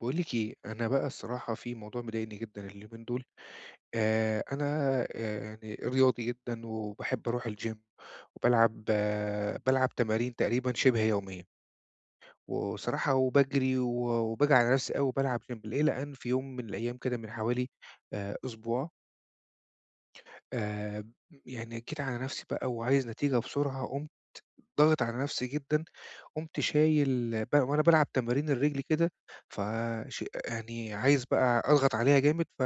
باقول لِك إيه، أنا بقى الصراحة في موضوع مضايقني جدًا اليومين دول، أنا يعني رياضي جدًا وباحب أروح الgym وبالعب تمارين تقريبًا شِبه يومية، وصراحة وباجري وباجي على نفسي أوي وبالعب gym إلى أن في يوم من الأيام كده من حوالي أسبوع. آآ يعني جيت على نفسي بقى وعايز نتيجة بسرعة، قُمت ضاغط على نفسي جدًا، قُمت شايل وأنا بالعب تمارين الرجل كده، فش يعني عايز بقى أضغط عليها جامد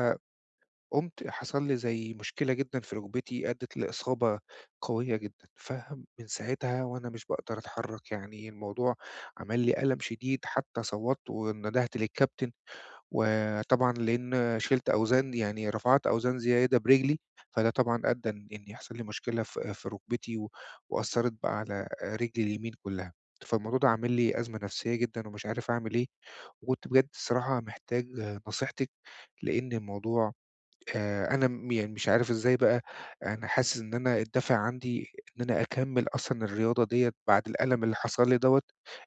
قُمت حصل لي زي مشكلة جدًا في ركبتي أدِّت لإصابة قوية جدًا. فمن ساعتها وأنا مش باقدر أتحرّك، يعني الموضوع عمل لي ألم شديد حتى صوّتّ وندهت للكابتن، وطبعًا لإن شِلت أوزان يعني رفعت أوزان زيادة برجلي، فده طبعًا أدّى إن يحصل لي مشكلة في ركبتي وأثّرت بقى على رجلي اليمين كُلّها. فالموضوع ده عامل لي أزمة نفسية جدًا ومش عارف أعمل إيه، وكنت بجد الصراحة محتاج نصيحتِك، لإن الموضوع أنا يعني مش عارف إزاي بقى أنا حاسس إن أنا الدافع عندي إن أنا أكمّل أصلًا الرياضة ديّة بعد الألم اللي حصل لي دوّة،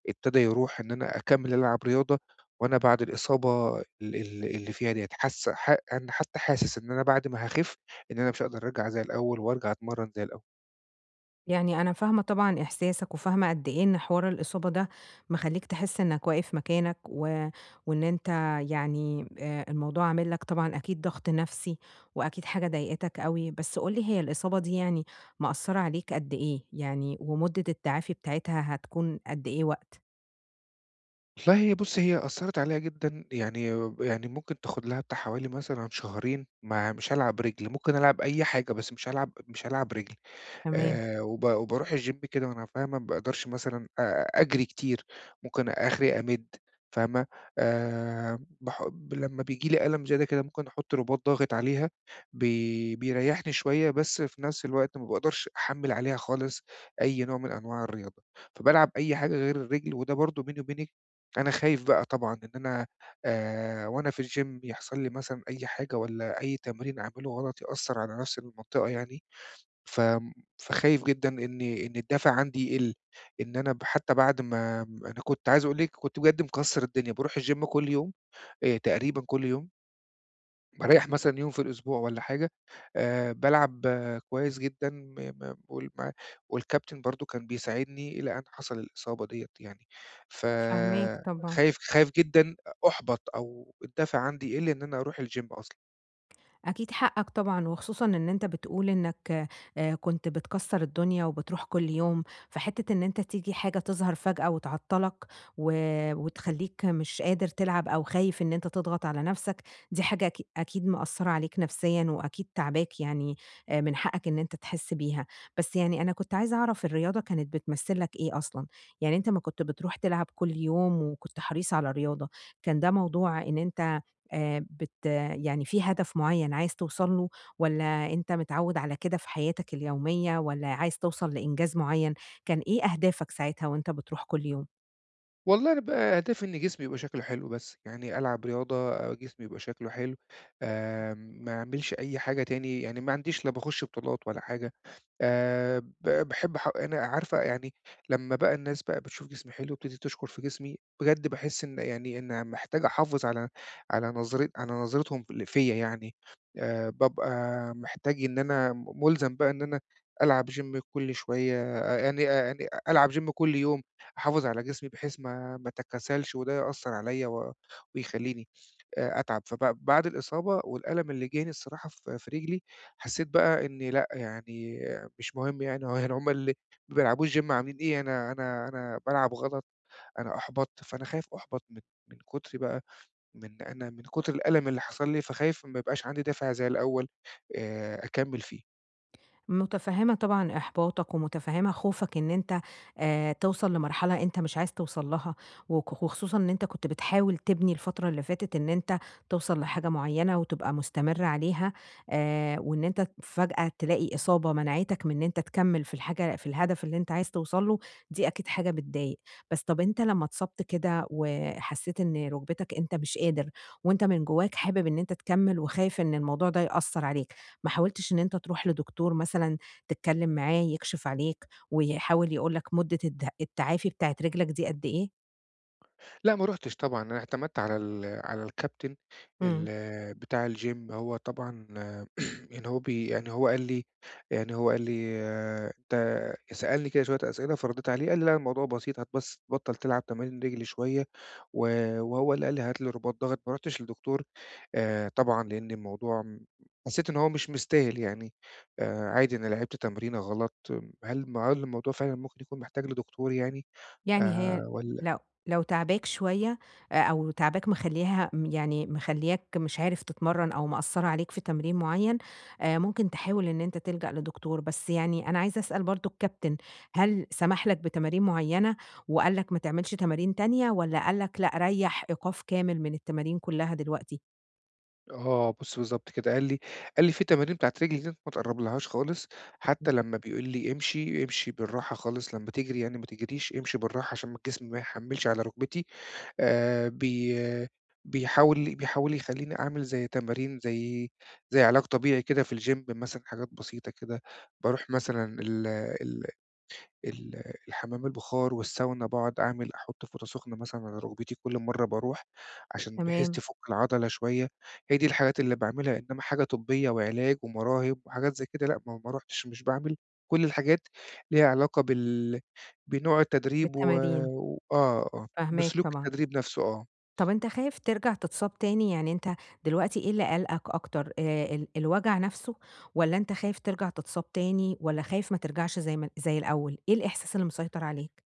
ابتدى يروح إن أنا أكمّل ألعب رياضة وأنا بعد الإصابة ال ال اللي فيها ديّة، حاسس ح أنا حتى حاسس إن أنا بعد ما هاخف إن أنا مش هاقدر أرجع زي الأول وأرجع أتمرّن زي الأول. يعني أنا فاهمة طبعًا إحساسك، وفاهمة قد إيه إن حوار الإصابة ده مخلّيك تحس إنك واقف مكانك، وإن أنت يعني الموضوع عامل لك طبعًا أكيد ضغط نفسي، وأكيد حاجة ضايقتك أوي، بس قُل لي هي الإصابة دي يعني مأثّرة عليك قد إيه؟ يعني ومدة التعافي بتاعتها هتكون قد إيه وقت؟ والله بُصّي، هي أثّرت عليَّ جدًا، يعني ممكن تاخد لها بتاع حوالي مثلًا شهرين ما مش هالعب رِجل، ممكن ألعب أي حاجة بس مش هالعب رِجل. تمام، وباروح الgym كده وأنا فاهمة ما باقدرش مثلًا أجري كتير، ممكن آخري أمِد فاهمة. آآ باح لمّا بييجي لي ألم زيادة كده ممكن أحط رباط ضاغط عليها بيريحني شوية، بس في نفس الوقت ما باقدرش أحمّل عليها خالص أي نوع من أنواع الرياضة، فبالعب أي حاجة غير الرجل، وده برضه بيني وبينِك أنا خايف بقى طبعًا إن أنا وأنا في الgym يحصل لي مثلًا أي حاجة والّا أي تمرين أعمله غلط يأثّر على نفس المنطقة يعني. فم فخايف جدًا إن الدافع عندي يقِل، إن أنا حتى بعد ما أنا كنت عايز أقول لِك كنت بجد مكسّر الدنيا، باروح الgym كل يوم، تقريبًا كل يوم، باريّح مثلًا يوم في الأسبوع والّا حاجة. بالعب كويس جدًا م م وال مع والكابتن برضه كان بيساعدني إلى أن حصل الإصابة ديّة يعني، فاهماك فخايف طبعًا. خايف خايف جدًا أُحبَط أو الدافع عندي يقِل إن أنا أروح الgym أصلًا. أكيد حقك طبعًا، وخصوصًا إن أنت بتقول إنك كنت بتكسّر الدنيا وبتروح كل يوم، فحتّة إن أنت تيجي حاجة تظهر فجأة وتعطّلك و وتخلّيك مش قادر تلعب أو خايف إن أنت تضغط على نَفْسك، دي حاجة أكيد مأثّرة عليك نفسيًا وأكيد تاعباك يعني من حقك إن أنت تحس بيها. بس يعني أنا كنت عايزة أعرف الرياضة كانت بتمثّل لك إيه أصلًا؟ يعني أنت أمّا كنت بتروح تلعب كل يوم وكنت حريص على الرياضة، كان ده موضوع إن أنت بت يعني في هدف معيّن عايز توصل له والّا أنت متعوّد على كده في حياتك اليومية والّا عايز توصل لإنجاز معيّن؟ كان إيه أهدافك ساعتها وأنت بتروح كل يوم؟ والله أنا بقى هدفي إن جسمي يبقى شكله حلو بس، يعني ألعب رياضة، جسمي يبقى شكله حلو، ما أعملش أي حاجة تاني، يعني ما عنديش لا باخش بطولات ولا حاجة. باحب ح أنا عارفة يعني لمّا بقى الناس بقى بتشوف جسمي حلو وبتبتدي تشكر في جسمي، بجد باحس إن يعني إن محتاج أحافظ على نظرة على نظرتهم فيّا يعني. بابقى محتاج إن أنا مُلزم بقى إن أنا ألعب gym كل شوية، يعني آه، يعني ألعب gym كل يوم، أحافظ على جسمي بحيث ما أتكاسلش وده يأثّر عليّا ويخلّيني أتعب. بعد الإصابة والألم اللي جاني الصراحة في رجلي، حسيت بقى إن لأ، يعني آه، مش مهم يعني هو يعني هُم اللي ما بيلعبوش gym عاملين إيه، أنا بالعب غلط، أنا أُحبَط، فأنا خايف أُحبَط من كتر بقى من كتر الألم اللي حصل لي، فخايف ما يبقاش عندي دافع زي الأول أكمّل فيه. متفهمة طبعًا إحباطك، ومتفهمة خوفك إن أنت توصل لمرحلة أنت مش عايز توصل لها، وخصوصًا إن أنت كنت بتحاول تبني الفترة اللي فاتت إن أنت توصل لحاجة معينة وتبقى مستمر عليها، وإن أنت فجأة تلاقي إصابة منعتك من إن أنت تكمل في الحاجة في الهدف اللي أنت عايز توصل له، دي أكيد حاجة بتضايق. بس طب أنت لما اتصبت كده وحسيت إن ركبتك أنت مش قادر، وأنت من جواك حابب إن أنت تكمل وخايف إن الموضوع ده يأثر عليك، ما حاولتش إن أنت تروح لدكتور مثلًا تتكلم معاه يكشف عليك، ويحاول يقول لك مدة التعافي بتاعة رجلك دي قد إيه؟ لأ ما رُحتش طبعًا، أنا اعتمدت على على الكابتن ال إمم، بتاع الgym. هو طبعًا آه، يعني هو بي يعني هو قال لي، آه، أنت سألني كده شوية أسئلة فرديت عليه، قال لي: "لأ الموضوع بسيط، بس تبطّل تلعب تمارين رِجل شوية." و وهو اللي قال لي: "هات لي رباط ضغط." ما رُحتش لدكتور طبعًا لإن الموضوع حسّيت إن هو مش مستاهل يعني، عادي أنا لعبت تمرينة غلط. هل الموضوع فعلًا ممكن يكون محتاج لدكتور يعني يعني هي والّا لو لو تعباك شوية أو تعباك مخلّياها يعني مخلّياك مش عارف تتمرّن أو مأثّرة عليك في تمرين معيّن، ممكن تحاول إن أنت تلجأ لدكتور، بس يعني أنا عايزة أسأل برضه الكابتن، هل سمح لك بتمارين معيّنة وقال لك ما تعملش تمارين تانية والّا قال لك لأ، ريّح إيقاف كامل من التمارين كلّها دلوقتي؟ آه، بُص بالضبط كده، قال لي: "في تمارين بتاعة رجلي ديّة ما تقرّبلهاش خالص، إمم، حتى لمّا بيقول لي امشي، امشي بالراحة خالص، لمّا تجري يعني ما تجريش، امشي بالراحة عشان ما الجسم ما يحمّلش على ركبتي." آآ بي بيحاول يخلّيني أعمل زي تمارين زي علاج طبيعي كده في الgym مثلًا، حاجات بسيطة كده، باروح مثلًا ال ال ال الحمام البُخار والساونا، باقعد أعمل أحُط فوطة سُخنة مثلًا على رُكبتي كل مرّة باروح عشان بحيث تمام. تفُك العضلة شوية. هي دي الحاجات اللي باعملها، إنّما حاجة طبّية وعلاج ومراهم وحاجات زي كده لأ، ما رُحتش، مش باعمل كل الحاجات ليها علاقة بنوع التدريب و بالتمارين، و... آه، آه، فاهماك بسلوك طبعًا. التدريب نَفْسه آه. طَب أنت خايف ترجع تتصاب تاني؟ يعني أنت دلوقتي إيه اللي قالقك أكتر، الوجع نَفْسه والّا أنت خايف ترجع تتصاب تاني والّا خايف ما ترجعش زي ما زي الأول؟ إيه الإحساس اللي مسيطر عليك؟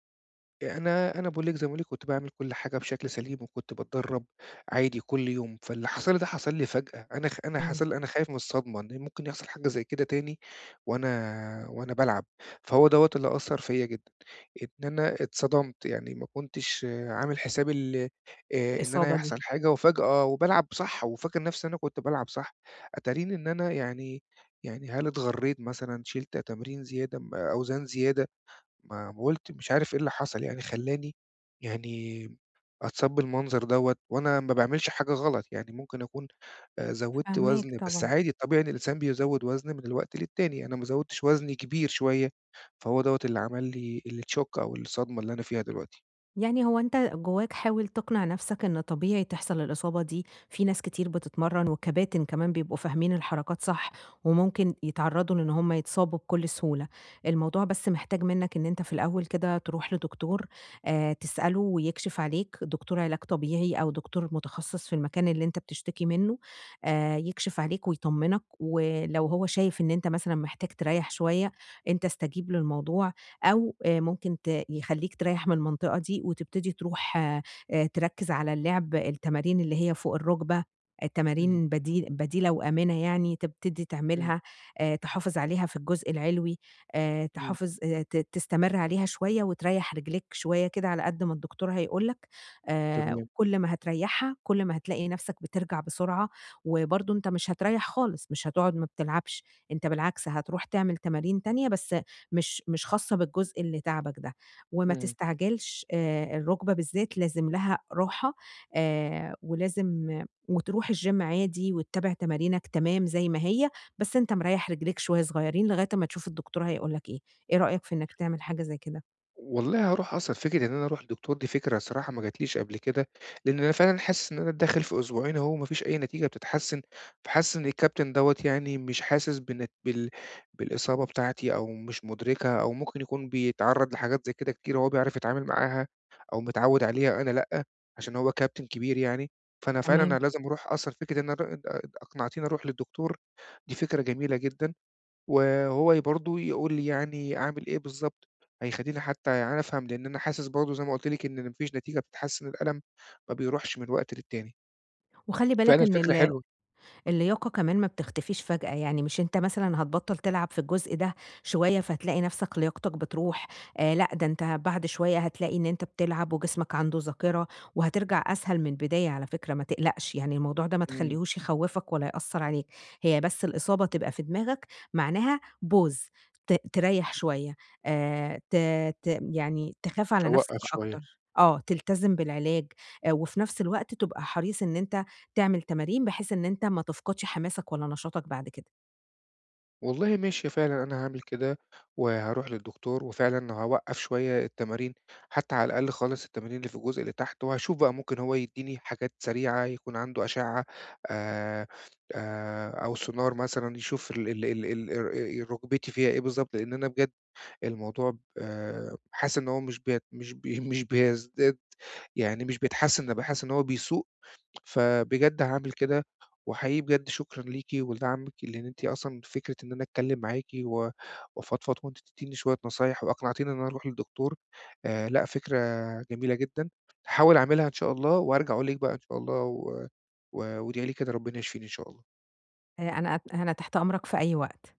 أنا باقول لِك زي ما باقول لِك كنت باعمل كل حاجة بشكل سليم، وكنت باتدرّب عادي كل يوم، فاللي حصل لي ده حصل لي فجأة، أنا خ أنا إمم، حصل لي أنا خايف من الصدمة، إن ممكن يحصل حاجة زي كده تاني وأنا بالعب، فهو دوّة اللي أثّر فيّا جدًا، إن أنا اتصدمت، يعني ما كنتش آه، عامل حسابي إن أنا الإصابة هيحصل دي، حاجة وفجأة وبالعب صح، وفاكر نَفْسي إن أنا كنت بالعب صح، أتاريني إن أنا يعني هل اتغرّيت مثلًا، شِلت تمرين زيادة، أوزان زيادة. ما قُلت مش عارف إيه اللي حصل يعني خلّاني يعني أتصاب بالمنظر دوّة وأنا ما باعملش حاجة غلط، يعني ممكن أكون زوّدت فاهماك وزن بس طبعًا. عادي الطبيعي إن الإنسان بيزوّد وزن من الوقت للتاني، أنا ما زوّدتش وزن كبير شوية، فهو دوّة اللي عمل لي الshock أو الصدمة اللي أنا فيها دلوقتي. يعني هو أنت جواك حاول تقنع نفسك إن طبيعي تحصل الإصابة دي، في ناس كتير بتتمرّن والكباتن كمان بيبقوا فاهمين الحركات صح، وممكن يتعرّضوا لإن هم يتصابوا بكل سهولة، الموضوع بس محتاج منّك إن أنت في الأول كده تروح لدكتور تسأله ويكشف عليك، دكتور علاج طبيعي أو دكتور متخصص في المكان اللي أنت بتشتكي منّه، يكشف عليك ويطمّنك، ولو هو شايف إن أنت مثلًا محتاج تريّح شوية، أنت استجيب للموضوع. أو ممكن ت يخلّيك تريّح من المنطقة دي وتبتدي تروح تركّز على اللعب، التمارين اللي هي فوق الرُكبة، إمم، التمارين بديلة وآمنة يعني تبتدي إمم، تعملها، تحافظ عليها في الجزء العلوي، إمم، تحافظ ت تستمر عليها شوية وتريّح رجليك شوية كده على قد ما الدكتور هيقول لك، تمام. كل ما هتريّحها، كل ما هتلاقي نَفْسك بترجع بسرعة، وبرضه أنت مش هتريّح خالص، مش هتقعد ما بتلعبش، أنت بالعكس هتروح تعمل تمارين تانية بس مش مش خاصة بالجزء اللي تعبك ده، وما إمم. تستعجلش الرُكبة بالذات لازم لها راحة ولازم وتروح الgym عادي وتتابع تمارينك تمام زي ما هي، بس أنت مريّح رجليك شوية صغيرين لغاية أمّا تشوف الدكتور هيقول لك إيه، إيه رأيك في إنّك تعمل حاجة زي كده؟ والله هاروح، أصلًا فكرة إن أنا أروح لدكتور دي فكرة الصراحة ما جاتليش قبل كده، لإن أنا فعلًا حاسس إن أنا داخل في أسبوعين أهو ما فيش أي نتيجة بتتحسن، فحاسس إن الكابتن دوّة يعني مش حاسس بالنت بال بالإصابة بتاعتي أو مش مُدركها أو ممكن يكون بيتعرّض لحاجات زي كده كتير وهو بيعرف يتعامل معاها أو متعوّد عليها أنا لأ، عشان هو كابتن كبير يعني. فأنا فعلًا تمام، أنا لازم أروح، أصلًا فكرة إن أنا أقنعتيني أروح للدكتور دي فكرة جميلة جدًا. وهو برضه يقول لي يعني أعمل إيه بالضبط، هيخلّيني حتى يعني أفهم، لإن أنا حاسس برضه زي ما قُلت لِك إن ما فيش نتيجة بتحسّن الألم، ما بيروحش من وقت للتاني. وخلّي فعلًا بالك إن الفكرة ال حلوة. اللياقة كمان ما بتختفيش فجأة، يعني مش أنت مثلًا هتبطّل تلعب في الجزء ده شوية فهتلاقي نَفْسك لياقتك بتروح، لأ ده أنت بعد شوية هتلاقي إن أنت بتلعب وجسمك عنده ذاكرة، وهترجع أسهل من البداية على فكرة ما تقلقش، يعني الموضوع ده ما إمم. تخلّيهوش يخوّفك ولا يأثّر عليك، هي بس الإصابة تبقى في دماغك معناها pause تريّح شوية، ت ت يعني تخاف على نَفْسك أوقّف شوية. أكتر، آه تلتزم بالعلاج، وفي نَفْس الوقت تبقى حريص إن أنت تعمل تمارين بحيث إن أنت ما تفقدش حماسك ولا نشاطك بعد كده. والله ماشي، فعلًا أنا هاعمل كده، وهاروح للدكتور وفعلًا هاوقّف شوية التمارين، حتى على الأقل خالص التمارين اللي في الجزء اللي تحت، وهاشوف بقى ممكن هو يدّيني حاجات سريعة، يكون عنده أشعة آآ أو سونار مثلًا يشوف ال ال ال ال ر ركبتي فيها إيه بالضبط، لإن أنا بجد الموضوع حاسس إن هو مش بيت مش بي مش بيزداد يعني مش بيتحسن، ده باحس إن هو بيسوء، فبجد هاعمل كده، وحقيقي بجد شكرًا ليكِ ولدعمِك، لإن أنتِ أصلًا فكرة إن أنا أتكلم معاكِ وأفضفض وأنتِ تدّيني شوية نصايح وأقنعتيني إن أنا أروح للدكتور، لأ فكرة جميلة جدًا، هاحاول أعملها إن شاء الله وهارجع أقول لِك بقى إن شاء الله و و وادعي لي كده ربنا يشفيني إن شاء الله. أنا تحت أمرك في أي وقت.